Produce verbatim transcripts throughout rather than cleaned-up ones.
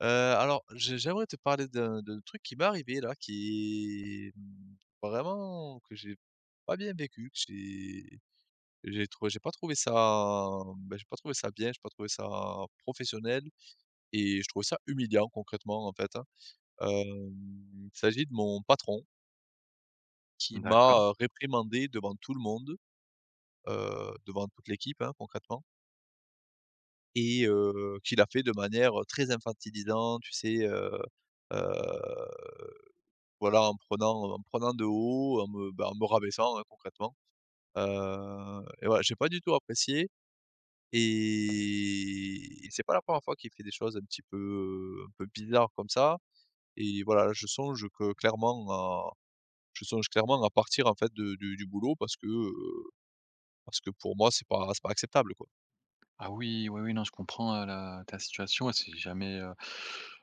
Heu, alors j'ai j'aimerais te parler d'un d'un truc qui m'est arrivé là, qui, mmh, vraiment que j'ai pas bien vécu, que j'ai j'ai trouvé j'ai pas trouvé ça, bah, j'ai pas trouvé ça bien, j'ai pas trouvé ça professionnel et je trouvais ça humiliant concrètement, en fait, hein. Hem, il s'agit de mon patron qui D'accord. m'a, heu, réprimandé devant tout le monde, heu, devant toute l'équipe, hein, concrètement et heu, qui l'a fait de manière, heu, très infantilisante, tu sais, heu, heu voilà, en prenant, en prenant de haut, en me bah, en me rabaissant, hein, concrètement. Heu et voilà, j'ai pas du tout apprécié et et c'est pas la première fois qu'il fait des choses un petit peu, un peu bizarres comme ça et voilà, je songe que clairement à je songe clairement à partir, en fait, de du du boulot parce que, heu, parce que pour moi, c'est pas c'est pas acceptable, quoi. Ah oui, oui, oui, non, je comprends, heu, la ta situation et c'est jamais, heu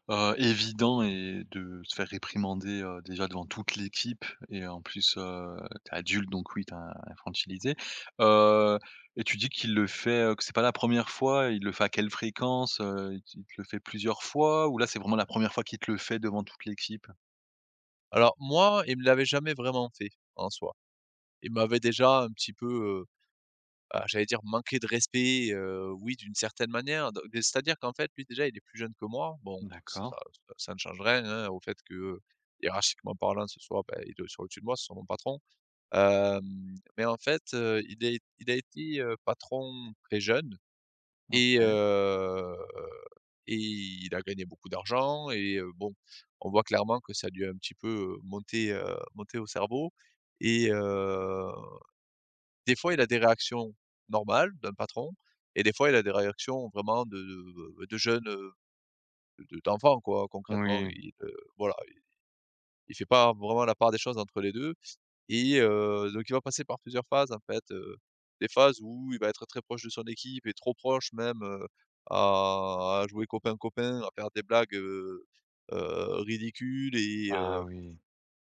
heu, évident et de se faire réprimander, heu, déjà devant toute l'équipe et en plus, heu, tu es adulte donc oui, t'es es infantilisé. Heu et tu dis qu'il le fait, heu, que c'est pas la première fois, il le fait à quelle fréquence? Heu, il il te le fait plusieurs fois ou là, c'est vraiment la première fois qu'il te le fait devant toute l'équipe? Alors moi, il me l'avait jamais vraiment fait, en soi. Il m'avait déjà un petit peu, euh, heu, j'allais dire manquer de respect, heu, oui d'une certaine manière, donc c'est-à-dire qu'en fait lui déjà il est plus jeune que moi, bon ça D'accord, ça ça ne change rien, hein, au fait que, hiérarchiquement parlant ce soit, bah, il est sur au-dessus de moi, c'est son mon patron, hem, mais en fait, heu, il est il a été, heu, patron très jeune et OK. heu et il a gagné beaucoup d'argent et heu, bon, on voit clairement que ça lui a un petit peu, heu, monté, heu, monté au cerveau et heu des fois, il a des réactions normales d'un patron et des fois, il a des réactions vraiment de de de jeunes, heu, de d'enfants quoi, concrètement. Oui. Il, heu, voilà, il il fait pas vraiment la part des choses entre les deux, et heu, donc il va passer par plusieurs phases en fait, heu, des phases où il va être très proche de son équipe et trop proche même, heu, à à jouer copain-copain, à faire des blagues, heu heu, ridicules et Ah heu oui.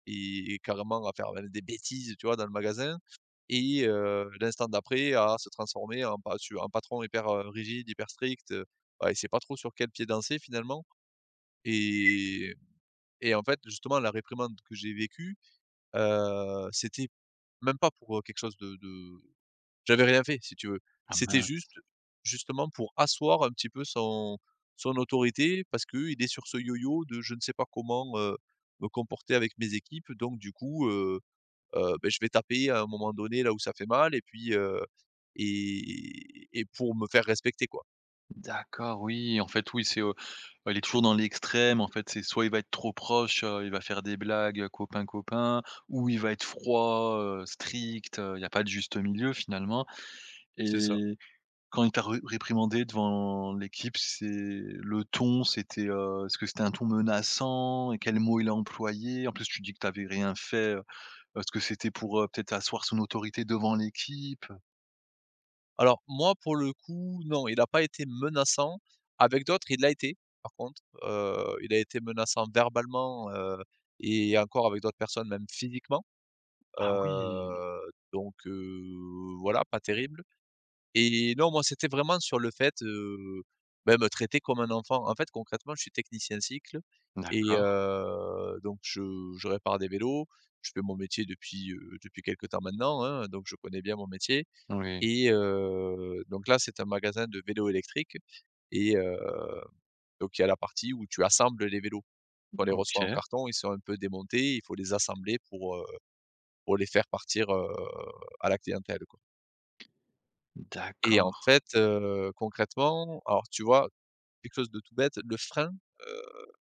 et et carrément à faire même des bêtises, tu vois, dans le magasin et heu, l'instant d'après à se transformer en pa su en patron hyper, heu, rigide, hyper strict, heu, bah, il sait pas trop sur quel pied danser finalement et et en fait, justement, la réprimande que j'ai vécue, heu, c'était même pas pour, heu, quelque chose de de j'avais rien fait si tu veux. Ah C'était mince. juste, justement, pour asseoir un petit peu son son autorité parce qu'il est sur ce yo-yo de je ne sais pas comment, heu, me comporter avec mes équipes donc du coup, heu, beh, je vais taper à un moment donné là où ça fait mal et puis, heu et et pour me faire respecter quoi. D'accord, oui, en fait, oui, c'est, heu, elle est toujours dans l'extrême. En fait, c'est soit il va être trop proche, heu, il va faire des blagues, copain, copain, ou il va être froid, heu, strict, il n'y a pas de juste milieu finalement. C'est ça. Et quand il t'a re réprimandé devant l'équipe, c'est le ton, c'était, heu, est-ce que c'était un ton menaçant et quel mot il a employé? En plus, tu dis que t'avais rien fait, heu, est-ce que c'était pour, heu, peut-être asseoir son autorité devant l'équipe? Alors moi, pour le coup, non, il n'a pas été menaçant. Avec d'autres, il l'a été, par contre, heu, il a été menaçant verbalement, heu et encore avec d'autres personnes, même physiquement, Ah oui, heu, donc heu, voilà, pas terrible. Et non, moi, c'était vraiment sur le fait, heu, bah, me traiter comme un enfant. En fait, concrètement, je suis technicien cycle et d'accord, heu, donc je je répare des vélos. Je fais mon métier depuis, heu, depuis quelque temps maintenant, hein, donc je connais bien mon métier oui, et heu, donc là, c'est un magasin de vélos électriques et heu, donc il y a la partie où tu assembles les vélos. Quand on les reçoit en OK, carton, ils sont un peu démontés, il faut les assembler pour, heu, pour les faire partir, heu, à la clientèle, quoi et en d'accord. fait, heu, concrètement, alors tu vois, quelque chose de tout bête, le frein,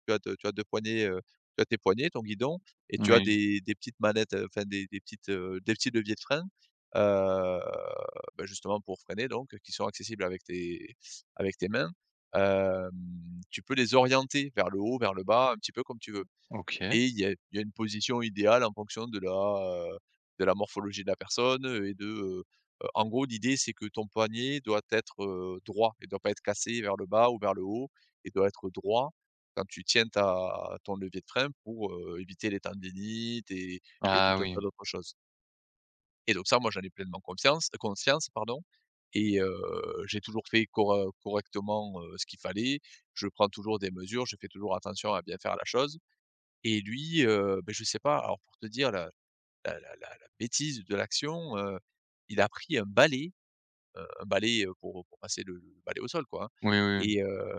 tu as te tu as deux poignées, heu, tu as tes poignées, ton guidon et tu as Oui, des des petites manettes, heu, enfin des des petites, heu, des petits leviers de frein, heu, bah, justement pour freiner donc, qui sont accessibles avec tes avec tes mains. Hem, Tu peux les orienter vers le haut, vers le bas, un petit peu comme tu veux OK. et il y a il y a une position idéale en fonction de la, heu, de la morphologie de la personne, et de, heu heu, en gros, l'idée, c'est que ton poignet doit être, heu, droit. Il ne doit pas être cassé vers le bas ou vers le haut. Il doit être droit quand tu tiens ta ton levier de frein pour, heu, éviter les tendinites et et tout Ah un oui. tas d'autres choses et donc ça, moi, j'en ai pleinement confiance conscience, pardon et heu, j'ai toujours fait cor correctement, heu, ce qu'il fallait. Je prends toujours des mesures, je fais toujours attention à bien faire la chose et lui, heu, beh, je sais pas, alors pour te dire la la la la la bêtise de l'action, heu, il a pris un balai, un balai, heu, pour pour passer le le balai au sol quoi, hein Oui, oui, oui. et heu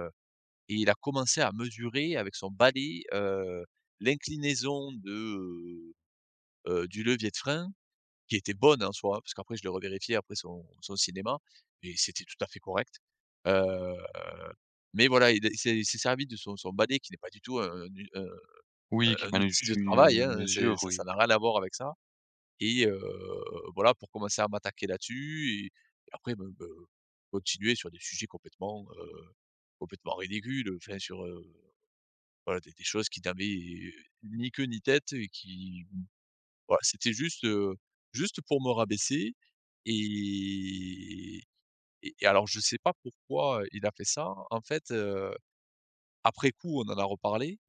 et il a commencé à mesurer avec son balai, heu, l'inclinaison de, heu du levier de frein qui était bonne en soi, parce qu'après je l'ai revérifié après son son cinéma et c'était tout à fait correct. Heu, mais voilà, il a il s'est il s'est servi de son son balai qui n'est pas du tout un un Oui, qui un outil de planifie, heu, travail, hein, mes c'est heures, ça ça oui. n'a rien à voir avec ça. Et heu, voilà, pour commencer à m'attaquer là-dessus et et après me me continuer sur des sujets complètement, heu, complètement ridicules, heu, enfin sur, heu, voilà des des choses qui n'avaient ni queue ni tête et qui voilà, c'était juste, heu, juste pour me rabaisser et et et alors je sais pas pourquoi il a fait ça. En fait, heu, après coup, on en a reparlé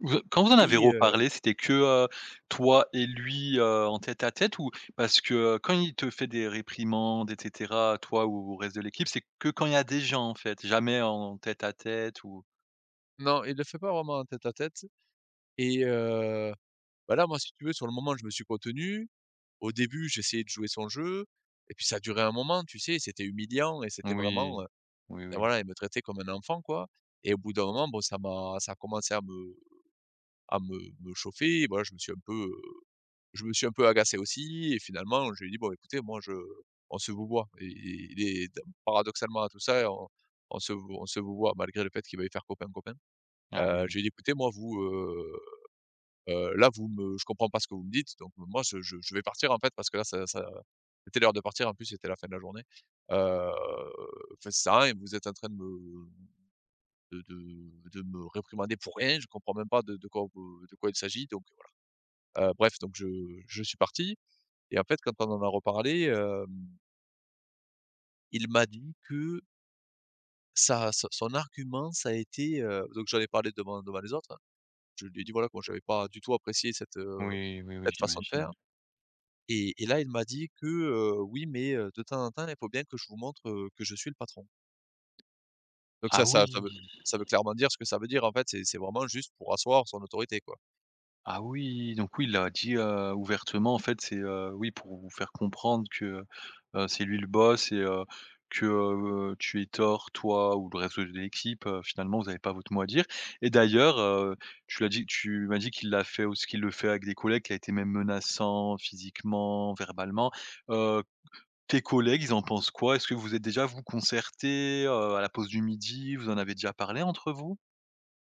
Vous quand vous en avez et heu reparlé, c'était que, heu, toi et lui, heu, en tête à tête ou parce que, heu, quand il te fait des réprimandes et cetera, toi ou au reste de l'équipe, c'est que quand il y a des gens, en fait, jamais en tête à tête ou non, il le fait pas vraiment en tête à tête et heu, bah, là, moi, si tu veux, sur le moment, je me suis contenu au début, j'essayais de jouer son jeu et puis ça durait un moment, tu sais? C'était humiliant et c'était oui. vraiment, heu, Oui, bah, oui. voilà, elle me traitait comme un enfant, quoi et au bout d'un moment, bon, ça m'a ça a commencé à me à me me chauffer. Et voilà, je me suis un peu, heu, je me suis un peu agacé aussi et finalement, je lui ai dit: «Bon, écoutez, moi, je on se vous voit. Et et et d paradoxalement à tout ça, on on se vou on se vous voit malgré le fait qu'il veuille faire copain, copain.» Ah Heu, je oui. lui ai dit: «Écoutez, moi, vous, heu heu, là, vous me je comprends pas ce que vous me dites, donc moi, je je je vais partir, en fait, parce que là, ça ça. C'était l'heure de partir, en plus, c'était la fin de la journée. Heu, enfin, ça sert à rien, vous êtes en train de me de de de me réprimander pour rien, je comprends même pas de de quoi vous de quoi il s'agit, donc voilà.» Heu, bref, donc je je suis parti et en fait, quand on en a reparlé, hem, il m'a dit que sa son son argument, ça a été, heu donc j'en ai parlé devant devant les autres, hein. Je lui ai dit, voilà, que moi, j'avais pas du tout apprécié cette, heu, Oui, oui, oui, cette façon de j'imagine. faire et et là, il m'a dit que, heu: «Oui, mais heu, de temps en temps, il faut bien que je vous montre, heu, que je suis le patron». Donc Ah ça ça ça oui! veut ça veut clairement dire ce que ça veut dire, en fait, c'est c'est vraiment juste pour asseoir son autorité, quoi. Ah oui, donc oui, il l'a dit, heu, ouvertement. En fait, c'est, heu, oui, pour vous faire comprendre que, heu, c'est lui le boss et heu, que, heu, tu es tort, toi ou le reste de l'équipe, heu, finalement, vous n'avez pas votre mot à dire et d'ailleurs, heu, tu l'as dit tu m'as dit qu'il l'a fait aussi qu'il le fait avec des collègues, qui a été même menaçant physiquement, verbalement. Heu, tes collègues, ils en pensent quoi? Est-ce que vous êtes déjà, vous, concertés, heu, à la pause du midi? Vous en avez déjà parlé entre vous?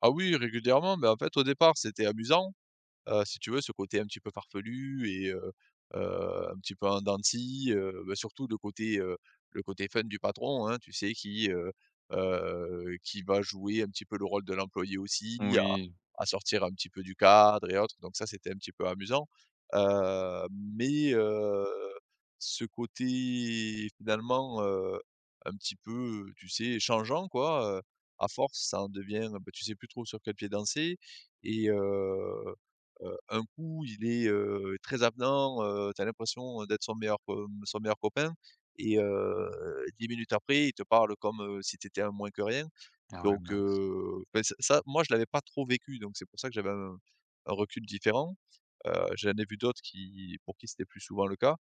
Ah oui, régulièrement, mais en fait, au départ, c'était amusant. Heu, si tu veux, ce côté un petit peu farfelu et heu heu, un petit peu en dents de scie, heu, bah, surtout le côté, heu, le côté fun du patron, hein, tu sais, qui, heu heu, qui va jouer un petit peu le rôle de l'employé aussi, à Oui. à sortir un petit peu du cadre et autres, donc ça, c'était un petit peu amusant. Heu, mais heu, Ce côté finalement, heu, un petit peu, tu sais, changeant quoi, heu, à force, ça en devient, bah, tu sais plus trop sur quel pied danser et heu Heu, un coup, il est, heu, très avenant, heu, tu as l'impression d'être son meilleur co son meilleur copain et heu, dix minutes après, il te parle comme, heu, si tu étais un moins que rien. Ah ouais, Donc mince. heu, beh, ça ça, moi, je l'avais pas trop vécu, donc c'est pour ça que j'avais un un recul différent. Heu, j'en ai vu d'autres qui pour qui c'était plus souvent le cas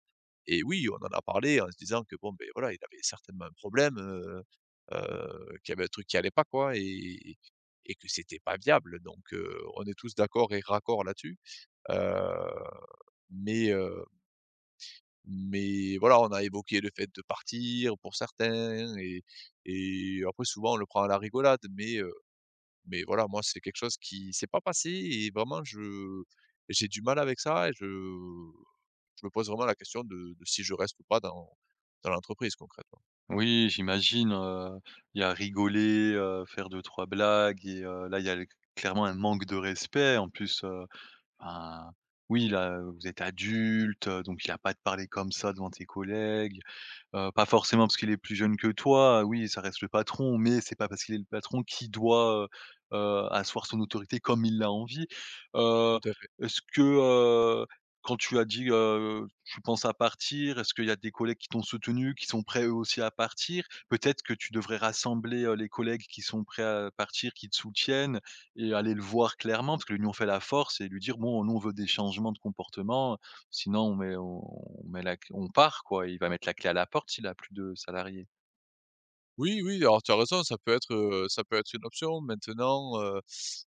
et oui, on en a parlé en se disant que bon, ben voilà, il avait certainement un problème, heu heu, qu'il y avait un truc qui allait pas, quoi et et que c'était pas viable. Donc heu, on est tous d'accord et raccord là-dessus. Heu, mais heu, mais voilà, on a évoqué le fait de partir pour certains et et après souvent on le prend à la rigolade, mais heu, mais voilà, moi c'est quelque chose qui s'est pas passé et vraiment je j'ai du mal avec ça et je je me pose vraiment la question de de si je reste ou pas dans dans l'entreprise concrètement. Oui, j'imagine, heu, il y a rigoler, heu, faire deux trois blagues et heu, là, il y a le clairement un manque de respect. En plus, heu, ben, oui, là, vous êtes adulte, heu, donc il y a pas de parler comme ça devant tes collègues. Heu, pas forcément parce qu'il est plus jeune que toi, oui, ça reste le patron, mais c'est pas parce qu'il est le patron qu'il doit, heu heu, asseoir son autorité comme il l'a envie. Heu, Tout à fait. est-ce que, heu, quand tu as dit, heu, tu penses à partir, est-ce qu'il y a des collègues qui t'ont soutenu, qui sont prêts eux aussi à partir? Peut-être que tu devrais rassembler, heu, les collègues qui sont prêts à partir, qui te soutiennent et aller le voir clairement parce que l'union fait la force et lui dire: «Bon, nous on veut des changements de comportement, sinon, on met on on met la cl on part quoi, il va mettre la clé à la porte s'il a plus de salariés.» Oui, oui, alors tu as raison, ça peut être, heu, ça peut être une option. Maintenant, heu,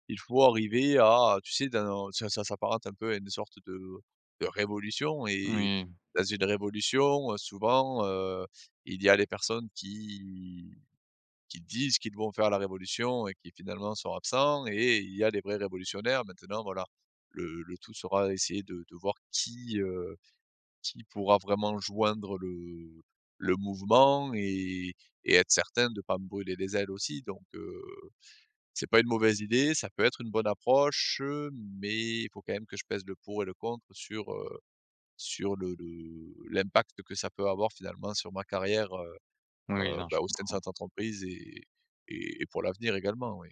il faut arriver à, tu sais, dans ça ça s'apparente un peu à une sorte de de révolution et Oui, dans une révolution, heu, souvent, heu, il y a les personnes qui qui disent qu'ils vont faire la révolution et qui finalement sont absents, et il y a les vrais révolutionnaires. Maintenant, voilà, le le tout sera essayer de de voir qui, qui pourra vraiment joindre le le mouvement et et être certain de ne pas me brûler les ailes aussi, donc heu, c'est pas une mauvaise idée, ça peut être une bonne approche, heu, mais il faut quand même que je pèse le pour et le contre sur, heu, sur le le l'impact que ça peut avoir finalement sur ma carrière, heu oui, heu, non, je bah, au sein de comprends. cette entreprise et et et pour l'avenir également, oui.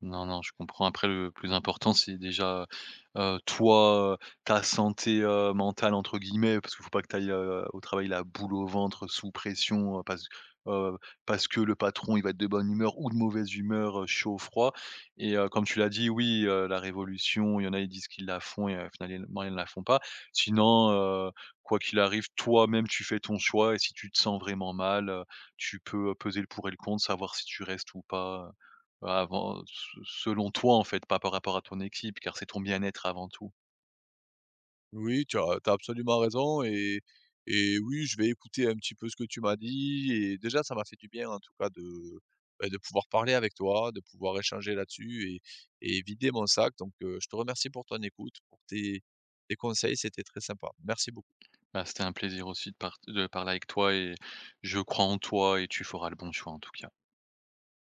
Non, non, je comprends. Après, le plus important, c'est déjà, heu, toi, heu, ta santé, heu, «mentale» entre guillemets, parce qu'il faut pas que tu ailles au travail la boule au ventre, sous pression, heu, parce heu, parce que le patron, il va être de bonne humeur ou de mauvaise humeur, heu, chaud, froid. Et heu, comme tu l'as dit, oui, heu, la révolution, il y en a, ils disent qu'ils la font et heu, finalement, ils ne la font pas. Sinon, heu, quoi qu'il arrive, toi-même, tu fais ton choix et si tu te sens vraiment mal, heu, tu peux, heu, peser le pour et le contre, savoir si tu restes ou pas, bah, avant se selon toi, en fait, pas par rapport à ton équipe, car c'est ton bien-être avant tout. Oui, tu as tu absolument raison et et oui, je vais écouter un petit peu ce que tu m'as dit et déjà ça m'a fait du bien en tout cas de, bah, de pouvoir parler avec toi, de pouvoir échanger là-dessus et et vider mon sac, donc heu, je te remercie pour ton écoute, pour tes tes conseils, c'était très sympa. Merci beaucoup. Bah, c'était un plaisir aussi de part de parler avec toi et je crois en toi et tu feras le bon choix en tout cas.